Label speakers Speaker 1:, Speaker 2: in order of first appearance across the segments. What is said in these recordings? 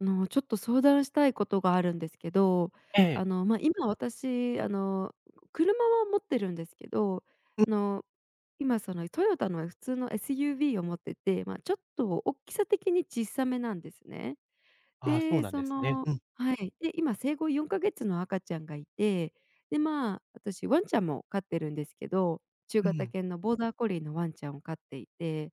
Speaker 1: ちょっと相談したいことがあるんですけど、
Speaker 2: ええ。
Speaker 1: まあ、今私、車は持ってるんですけど、あの、今そのトヨタの普通の SUV を持ってて、まあ、ちょっと大きさ的に小さめなんですね。
Speaker 2: ああ、そう
Speaker 1: で、
Speaker 2: なんですね。うん。
Speaker 1: はい。で、今生後4か月の赤ちゃんがいて、で、まあ、私ワンちゃんも飼ってるんですけど、中
Speaker 2: う
Speaker 1: 型
Speaker 2: ん。
Speaker 1: 犬のボーダーコリーのワンちゃんを飼っていて、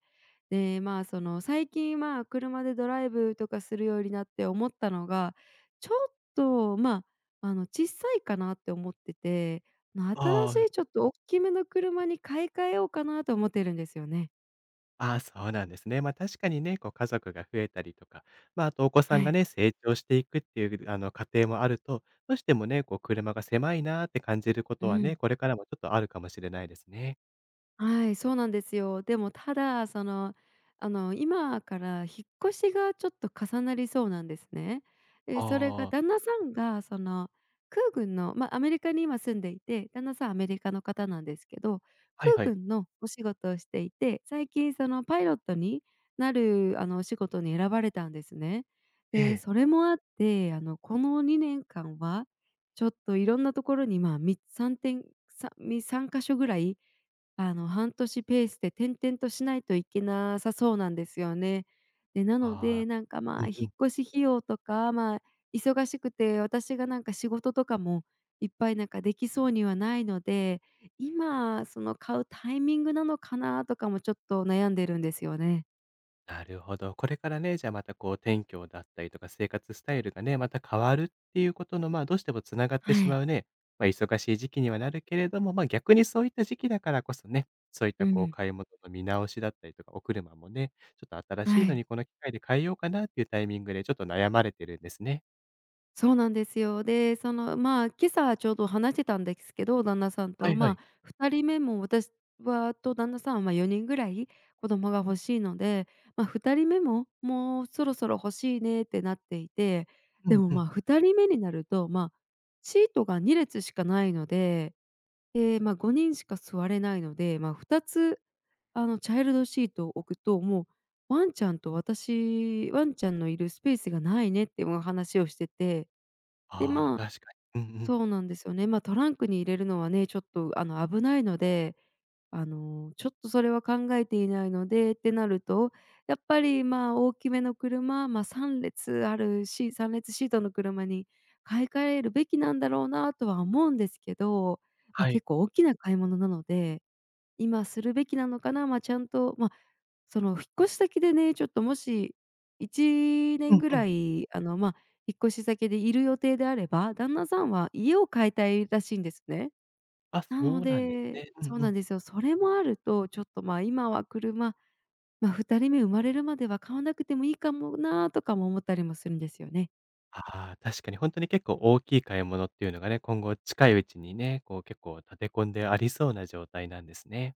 Speaker 1: で、まあ、その最近、まあ、車でドライブとかするようになって思ったのが、ちょっと、まあ、小さいかなって思ってて、まあ新
Speaker 2: ああ、
Speaker 1: しいちょっと大きめの車に買い替えようかなと思ってるんですよね。
Speaker 2: ああ、そうなんですね。まあ、確かにね、こう家族が増えたりとか、まあ、あとお子さ
Speaker 1: は
Speaker 2: んが
Speaker 1: い。
Speaker 2: ね、成長していくっていうあの、過程もあると、どうしてもね、こう車が狭いなって感じるこ
Speaker 1: う
Speaker 2: とはね、
Speaker 1: ん。
Speaker 2: これからもちょっとあるかもしれないですね。
Speaker 1: はい、そうなんですよ。でもただ、その、今から引っ越しがちょっと重なりそうなんですね。で、それが
Speaker 2: ああ、
Speaker 1: 旦那さんがその空軍の、まあ、アメリカに今住んでいて、旦那さんアメリカの方なんですけど、
Speaker 2: はい
Speaker 1: 空
Speaker 2: はい。
Speaker 1: 軍のお仕事をしていて、最近そのパイロットになる、お仕事に選ばれたんですね。
Speaker 2: え
Speaker 1: で、
Speaker 2: え。
Speaker 1: それもあって、この2年間はちょっといろんなところに、まあ、み3点さんみか所ぐらい半年ペースで転々としないといけなさそうなんですよね。で、なの
Speaker 2: あ
Speaker 1: で、
Speaker 2: あ、
Speaker 1: なんか、
Speaker 2: う
Speaker 1: ま
Speaker 2: ん
Speaker 1: あ、
Speaker 2: う
Speaker 1: 引
Speaker 2: ん。
Speaker 1: っ越し費用とか、まあ、忙しくて、私がなんか仕事とかもいっぱいなんかできそうにはないので、今、その買うタイミングなのかなとかもちょっと悩んでるんですよね。
Speaker 2: なるほど。これからね、じゃあまたこう、転居だったりとか、生活スタイルがね、また変わるっていうことの、まあ、どうしてもつながって
Speaker 1: は
Speaker 2: し
Speaker 1: い。
Speaker 2: まうね、まあ、忙しい時期にはなるけれども、まあ、逆にそういった時期だからこそね、そういっ
Speaker 1: う
Speaker 2: たこう、
Speaker 1: ん。
Speaker 2: 買い物の見直しだったりとか、お車もね、ちょっと新しい
Speaker 1: は
Speaker 2: の
Speaker 1: い。
Speaker 2: にこの機会で変えようかなっていうタイミングでちょっと悩まれてるんですね。
Speaker 1: そうなんですよ。で、その、まあ、今朝ちょうど話してたんですけど、旦那さん
Speaker 2: は
Speaker 1: と、
Speaker 2: いは
Speaker 1: ま
Speaker 2: い。
Speaker 1: あ、2人目も私はと旦那さんは、ま、4人ぐらい子供が欲しいので、まあ、2人目も、もうそろそろ欲しいねってなっていて、
Speaker 2: う
Speaker 1: で
Speaker 2: ん
Speaker 1: も、
Speaker 2: う
Speaker 1: ま、あ
Speaker 2: ん。
Speaker 1: 2人目になると、ま、あシートが2列しかないので、で、まあ、5人しか座れないので、ま、あ2つ、チャイルドシートを置くと、もうワンちゃんと私ワンちゃんのいるスペースがないねっていうお話をしてて。で、
Speaker 2: ああ、
Speaker 1: まあ、
Speaker 2: 確かに。うんうん。
Speaker 1: そうなんですよね。ま、あトランクに入れるのはね、ちょっとあの、危ないので、ちょっとそれは考えていないのでってなると、やっぱり、まあ、大きめの車、ま、あ3列シートの車に買い替えるべきなんだろうなとは思うんですけど、ま、あ
Speaker 2: はい。
Speaker 1: 結構大きな買い物なので、今するべきなのかな、ま、あちゃんと、ま、あその、引っ越し先でね、ちょっともし1
Speaker 2: う
Speaker 1: 年
Speaker 2: ん
Speaker 1: ぐ
Speaker 2: う
Speaker 1: ら
Speaker 2: ん。
Speaker 1: い、ま、あ引っ越し先でいる予定であれば、旦那さんは家を買いたいらしいんですね。
Speaker 2: あ、
Speaker 1: な
Speaker 2: そ
Speaker 1: の
Speaker 2: うなんです
Speaker 1: で
Speaker 2: ね。うん
Speaker 1: そう
Speaker 2: う
Speaker 1: な
Speaker 2: ん。
Speaker 1: んですよ。それもあると、ちょっと、ま、あ今は車、まあ、2人目生まれるまでは買わなくてもいいかもなとかも思ったりもするんですよね。
Speaker 2: ああ、確かに本当に結構大きい買い物っていうのがね、今後近いうちにね、こう結構立て込んでありそうな状態なんですね。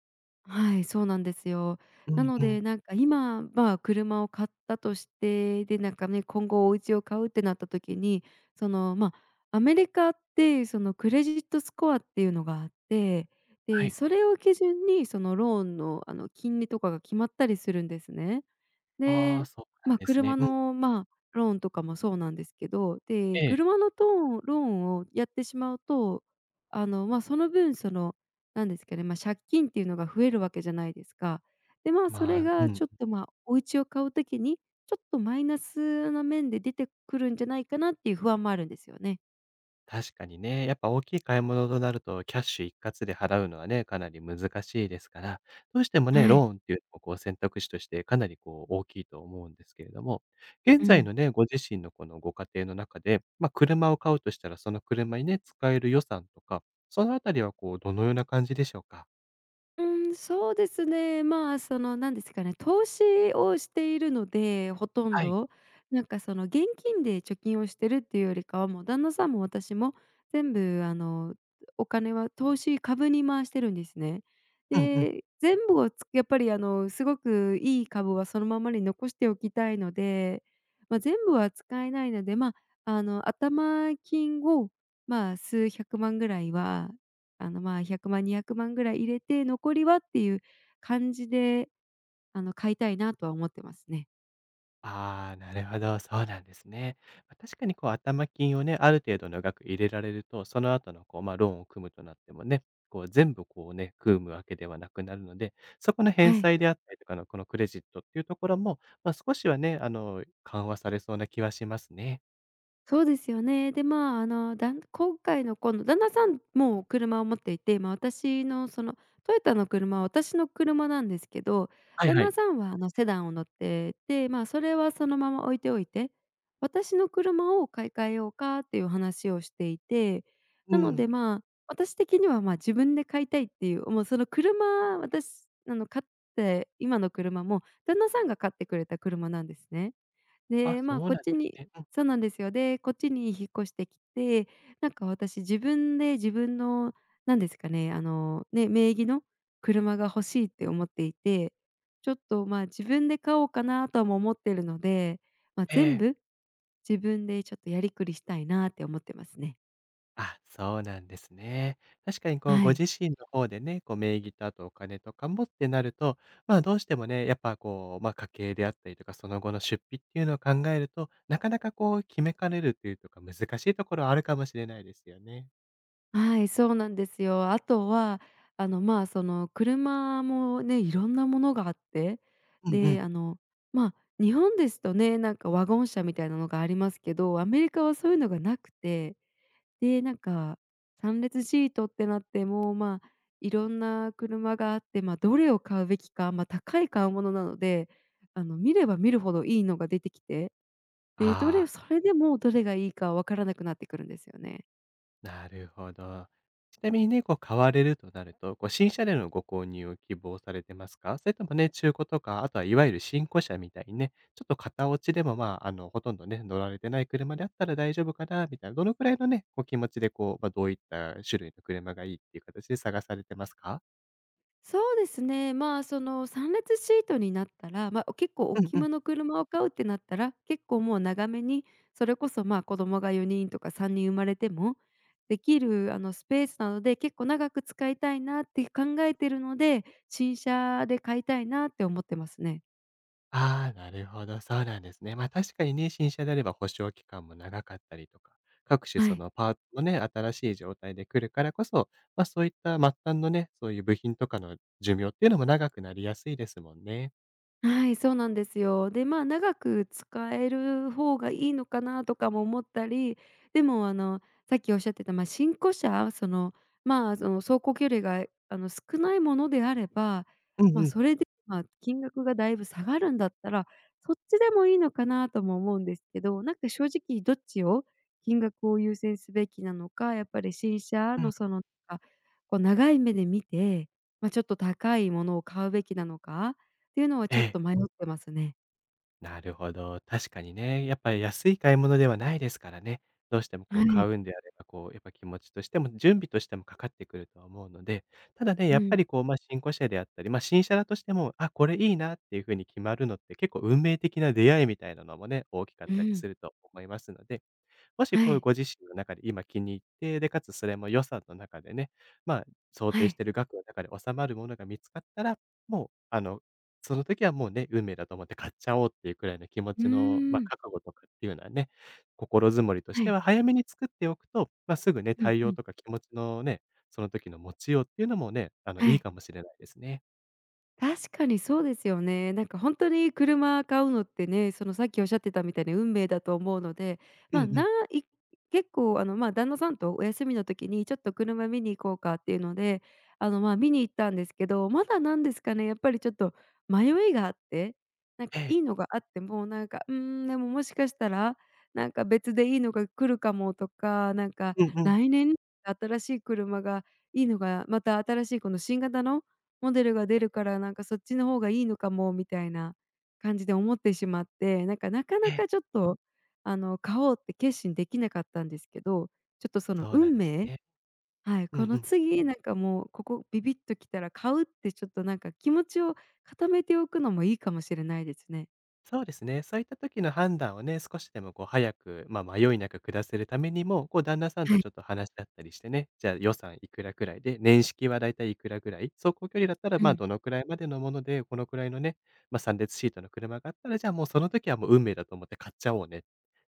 Speaker 1: はい、そうなんですよ。
Speaker 2: う
Speaker 1: な
Speaker 2: ん
Speaker 1: の
Speaker 2: うん。
Speaker 1: で、なんか今、まあ、車を買ったとして、で、なんかね、今後お家を買うってなった時に、その、まあ、アメリカって、そのクレジットスコアっていうのがあって、
Speaker 2: は
Speaker 1: で、
Speaker 2: い。
Speaker 1: それを基準にそのローンの、金利とかが決まったりするんですね。
Speaker 2: ああ、
Speaker 1: で、
Speaker 2: そうな
Speaker 1: ま
Speaker 2: ん
Speaker 1: あ、
Speaker 2: ですね。
Speaker 1: 車
Speaker 2: うん。
Speaker 1: の、まあ、ローンとかもそうなんですけど、で、
Speaker 2: ええ。
Speaker 1: 車のトーンローンをやってしまうと、まあ、その分、その、なんですかね、まあ、借金っていうのが増えるわけじゃないですか。で、まあ、そ
Speaker 2: ま
Speaker 1: れ
Speaker 2: あ、
Speaker 1: がちょっと、まあ、お家を買うときに、ちょっとマイナスな面で出てくるんじゃないかなっていう不安もあるんですよね。
Speaker 2: 確かにね、やっぱ大きい買い物となると、キャッシュ一括で払うのはね、かなり難しいですから、どうしてもね、
Speaker 1: は
Speaker 2: ロ
Speaker 1: い。
Speaker 2: ーンっていうのもこう選択肢としてかなりこう大きいと思うんですけれども、現
Speaker 1: う
Speaker 2: 在
Speaker 1: ん。
Speaker 2: のね、ご自身のこのご家庭の中で、まあ、車を買うとしたら、その車にね、使える予算とか、そのあたりはこうどのような感じでしょうか？
Speaker 1: うん、そうですね。まあ、その、なんですかね、投資をしているので、ほとん
Speaker 2: はい。
Speaker 1: ど。なんかその現金で貯金をしてるっていうよりかは、もう旦那さんも私も全部お金は投資、株に回してるんですね。
Speaker 2: うんうん。
Speaker 1: で、全部をつやっぱりすごくいい株はそのままに残しておきたいので、まあ、全部は使えないので、まあ、頭金を、まあ、数百万ぐらいはまあ、100万、200万ぐらい入れて、残りはっていう感じで、買いたいなとは思ってますね。
Speaker 2: ああ、なるほど、そうなんですね。ま、確かにこう頭金をね、ある程度の額入れられると、その後のこう、まあ、ローンを組むとなってもね、こう全部こうね、組むわけではなくなるので、そこの
Speaker 1: は
Speaker 2: 返
Speaker 1: い。
Speaker 2: 済であったりとかのこのクレジットっていうところも、まあ、少しはね、あの、緩和されそうな気はしますね。
Speaker 1: そうですよね。で、まあ、今回のこの旦那さんも車を持っていて、まあ、私のそのトヨタの車は私の車なんですけど、
Speaker 2: はい
Speaker 1: 旦
Speaker 2: は
Speaker 1: 那
Speaker 2: い。
Speaker 1: さんはあのセダンを乗ってて、まあ、それはそのまま置いておいて、私の車を買い替えようかっていう話をしていて、
Speaker 2: う
Speaker 1: なの
Speaker 2: ん。
Speaker 1: で、まあ、私的には、ま、自分で買いたいっていう、もうその車私買って今の車も旦那さんが買ってくれた車なんですね。
Speaker 2: あ、
Speaker 1: で、ま
Speaker 2: そ
Speaker 1: あ、
Speaker 2: う
Speaker 1: こっ
Speaker 2: なん
Speaker 1: ち
Speaker 2: です
Speaker 1: に
Speaker 2: ね。うん。
Speaker 1: そうなんですよ。で、こっちに引っ越してきて、なんか私自分で自分のなんですかね、ね、名義の車が欲しいって思っていて、ちょっと、まあ、自分で買おうかなとも思ってるので、まあ、
Speaker 2: え
Speaker 1: 全
Speaker 2: え。
Speaker 1: 部自分でちょっとやりくりしたいなって思ってますね。
Speaker 2: あ、そうなんですね。確かにこう
Speaker 1: は
Speaker 2: ご
Speaker 1: い。
Speaker 2: 自身の方でね、こう名義とあとお金とかもってなると、まあどうしてもね、やっぱこう、まあ家計であったりとか、その後の出費っていうのを考えると、なかなかこう決めかねるというとか難しいところはあるかもしれないですよね。
Speaker 1: はい、そうなんですよ。あとは、まあ、その、車もね、いろんなものがあって、
Speaker 2: うんうん。
Speaker 1: で、まあ、日本ですとね、なんかワゴン車みたいなのがありますけど、アメリカはそういうのがなくて、で、なんか三列シートってなって、もう、まあ、いろんな車があって、まあ、どれを買うべきか、まあ、高い買うものなので、見れば見るほどいいのが出てきて、で、
Speaker 2: ああ。
Speaker 1: それでもうどれがいいかわからなくなってくるんですよね。
Speaker 2: なるほど。ちなみにね、こう買われるとなると、こう新車でのご購入を希望されてますか？それともね、中古とか、あとはいわゆる新古車みたいにね、ちょっと型落ちでも、まあ、あの、ほとんどね、乗られてない車であったら大丈夫かなみたいな、どのくらいのね、こう気持ちでこう、まあ、どういった種類の車がいいっていう形で探されてますか？
Speaker 1: そうですね。まあ、その3列シートになったら、まあ、結構大きめの車を買うってなったら、結構もう長めに、それこそ、まあ、子供が4人とか3人生まれてもできるあのスペースなので、結構長く使いたいなって考えてるので、新車で買いたいなって思ってますね。
Speaker 2: ああ、なるほど、そうなんですね。ま、あ確かにね、新車であれば保証期間も長かったりとか、各種
Speaker 1: は
Speaker 2: そ
Speaker 1: い。
Speaker 2: のパーツもね、新しい状態で来るからこそ、ま、そういった末端のね、そういう部品とかの寿命っていうのも長くなりやすいですもんね。
Speaker 1: はい、そうなんですよ。で、まあ、長く使える方がいいのかなとかも思ったり、でも、さっきおっしゃってた、まあ、新古車、その、まあ、その、走行距離が、少ないものであれば、
Speaker 2: うん
Speaker 1: ま
Speaker 2: う
Speaker 1: あ、
Speaker 2: ん、
Speaker 1: それで、まあ、金額がだいぶ下がるんだったら、そっちでもいいのかなとも思うんですけど、なんか正直どっちを金額を優先すべきなのか、やっぱり新車
Speaker 2: うん。
Speaker 1: の、その、こう長い目で見て、まあ、ちょっと高いものを買うべきなのかていうのは
Speaker 2: え
Speaker 1: ちょっ
Speaker 2: え。
Speaker 1: と迷ってますね。
Speaker 2: なるほど。確かにね、やっぱり安い買い物ではないですからね。どうしてもこ
Speaker 1: は
Speaker 2: う買
Speaker 1: い。
Speaker 2: うんであれば、こう、やっぱ気持ちとしても、準備としてもかかってくるとは思うので、ただね、
Speaker 1: う
Speaker 2: やっぱ
Speaker 1: ん。
Speaker 2: りこう、ま、あ新古車であったり、まあ、新車だとしても、あ、これいいなっていう風に決まるのって結構運命的な出会いみたいなのもね、大きかっ
Speaker 1: う
Speaker 2: たり
Speaker 1: ん。
Speaker 2: すると思いますので、もし
Speaker 1: は
Speaker 2: こういう
Speaker 1: い。
Speaker 2: ご自身の中で今気に入って、で、かつそれも予算の中でね、まあ、想
Speaker 1: は
Speaker 2: 定し
Speaker 1: い。
Speaker 2: てる額の中で収まるものが見つかったら、もう、あの、その時はもうね、運命だと思って買っちゃおうっていうくらいの気持
Speaker 1: う
Speaker 2: ちの、まあ、
Speaker 1: ーん。
Speaker 2: 覚悟とかっていうのはね、心づもりとし
Speaker 1: は
Speaker 2: て
Speaker 1: い。
Speaker 2: は早めに作っておくと、まあ、すぐね、
Speaker 1: うん
Speaker 2: 対
Speaker 1: う
Speaker 2: 応
Speaker 1: ん。
Speaker 2: とか気持ちのね、その時の持ちようっていうのもね、あの、
Speaker 1: は
Speaker 2: いい
Speaker 1: い。
Speaker 2: かもしれないですね。
Speaker 1: 確かにそうですよね。なんか本当に車買うのってね、そのさっきおっしゃってたみたいに運命だと思うので、
Speaker 2: うん
Speaker 1: ま、
Speaker 2: う
Speaker 1: な
Speaker 2: ん。
Speaker 1: い結構ま、旦那さんとお休みの時にちょっと車見に行こうかっていうので、ま、見に行ったんですけど、まだなんですかね、やっぱりちょっと迷いがあって、なん
Speaker 2: え
Speaker 1: か
Speaker 2: え。
Speaker 1: いいのがあっても、なんか、うーん、でももしかしたら、なんか別でいいのが来るかもとか、なんか
Speaker 2: うんうん。
Speaker 1: 来年新しい車がいいのがまた新しいこの新型のモデルが出るから、なんかそっちの方がいいのかもみたいな感じで思ってしまって、なんかなか
Speaker 2: え
Speaker 1: な
Speaker 2: え。
Speaker 1: かちょっと、買おうって決心できなかったんですけど、ちょっとその
Speaker 2: そうなん
Speaker 1: 運
Speaker 2: です
Speaker 1: 命。
Speaker 2: ね。
Speaker 1: はい、
Speaker 2: うん
Speaker 1: こ
Speaker 2: う
Speaker 1: の
Speaker 2: ん。
Speaker 1: 次なんかもうここビビッときたら買うってちょっとなんか気持ちを固めておくのもいいかもしれないですね。
Speaker 2: そうですね。そういった時の判断をね、少しでもこう早く、まあ、迷いなく下せるためにも、こう旦那さん
Speaker 1: は
Speaker 2: と
Speaker 1: い。
Speaker 2: ちょっと話し合ったりしてね、じゃあ予算いくらくらいで、年式はだいたいいくらぐらい、走行距離だったら、
Speaker 1: う
Speaker 2: ま、
Speaker 1: ん。
Speaker 2: どのくらいまでのもので、このくらいのね、まあ、3列シートの車があったら、じゃあもうその時はもう運命だと思って買っちゃおうねっ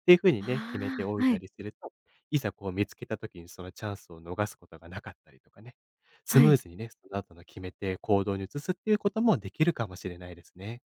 Speaker 2: ていう風にね、決めて
Speaker 1: あ
Speaker 2: お
Speaker 1: あ、
Speaker 2: い
Speaker 1: は
Speaker 2: た
Speaker 1: い、
Speaker 2: りすると、いざこう見つけた時にそのチャンスを逃すことがなかったりとかね、ス
Speaker 1: は
Speaker 2: ムー
Speaker 1: い。
Speaker 2: ズにね、その後の決めて行動に移すっていうこともできるかもしれないですね。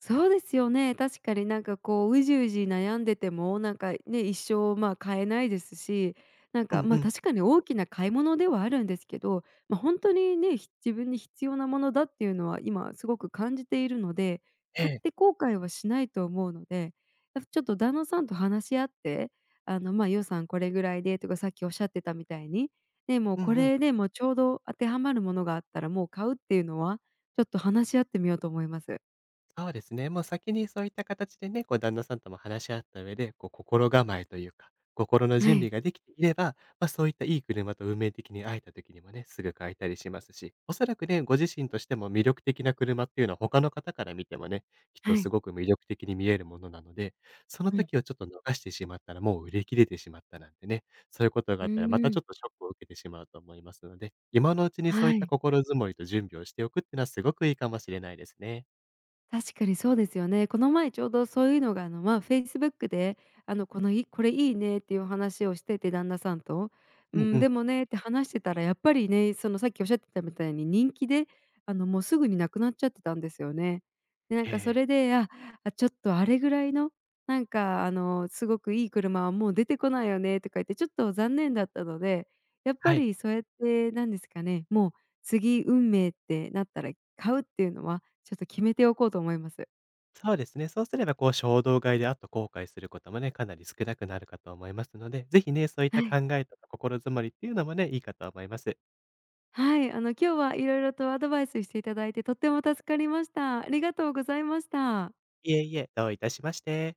Speaker 1: そうですよね。確かになんかこう、うじうじ悩んでても、なんかね、一生まあ、買えないですし、なん
Speaker 2: う
Speaker 1: か、
Speaker 2: んう
Speaker 1: ま、あ
Speaker 2: ん。
Speaker 1: 確かに大きな買い物ではあるんですけど、ま、あ本当にね、自分に必要なものだっていうのは今すごく感じているので、
Speaker 2: え
Speaker 1: 買っ
Speaker 2: え。
Speaker 1: て後悔はしないと思うので、やっぱちょっと旦那さんと話し合って、ま、あ予算これぐらいでとかさっきおっしゃってたみたいに、ね、もう
Speaker 2: う
Speaker 1: こ
Speaker 2: んうん。
Speaker 1: れでもうちょうど当てはまるものがあったらもう買うっていうのは、ちょっと話し合ってみようと思います。
Speaker 2: そうですね。もう先にそういった形でね、こう旦那さんとも話し合った上で、こう心構えというか、心の
Speaker 1: は
Speaker 2: 準
Speaker 1: い。
Speaker 2: 備ができていれば、まあ、そういったいい車と運命的に会えた時にもね、すぐ買えたりしますし、おそらくね、ご自身としても魅力的な車っていうのは他の方から見てもね、きっと
Speaker 1: は
Speaker 2: す
Speaker 1: い。
Speaker 2: ごく魅力的に見えるものなので、その
Speaker 1: うん。
Speaker 2: 時をちょっと逃してしまったら、もう売り切れてしまったなんてね、そういうことがあ
Speaker 1: う
Speaker 2: ったらまた
Speaker 1: ー
Speaker 2: ちょっ
Speaker 1: ん。
Speaker 2: とショックを受けてしまうと思いますので、今のうちにそうい
Speaker 1: は
Speaker 2: った
Speaker 1: い。
Speaker 2: 心づもりと準備をしておくっていうのはすごくいいかもしれないですね。
Speaker 1: 確かにそうですよね。この前ちょうどそういうのがまあ、Facebook で「これいいね」っていう話をしてて、旦那さんと。
Speaker 2: う
Speaker 1: 「う
Speaker 2: んう
Speaker 1: ん、
Speaker 2: ん。
Speaker 1: でもね」って話してたらやっぱりね、そのさっきおっしゃってたみたいに人気で、もうすぐになくなっちゃってたんですよね。で、なん
Speaker 2: え
Speaker 1: かそ
Speaker 2: え。
Speaker 1: れで、あ、ちょっとあれぐらいの、なんかすごくいい車はもう出てこないよねとか言って、ちょっと残念だったので、やっ
Speaker 2: は
Speaker 1: ぱ
Speaker 2: い。
Speaker 1: りそうやってなんですかね、もう次運命ってなったら買うっていうのはちょっと決めておこうと思います。
Speaker 2: そうですね。そうすれば、こう、衝動買いで、あと後悔することもね、かなり少なくなるかと思いますので、ぜひね、そういった
Speaker 1: はい。
Speaker 2: 考えとか心づもりっていうのもね、いいかと思います。
Speaker 1: はい、今日は色々とアドバイスしていただいてとっても助かりました。ありがとうございました。
Speaker 2: いえいえ、どういたしまして。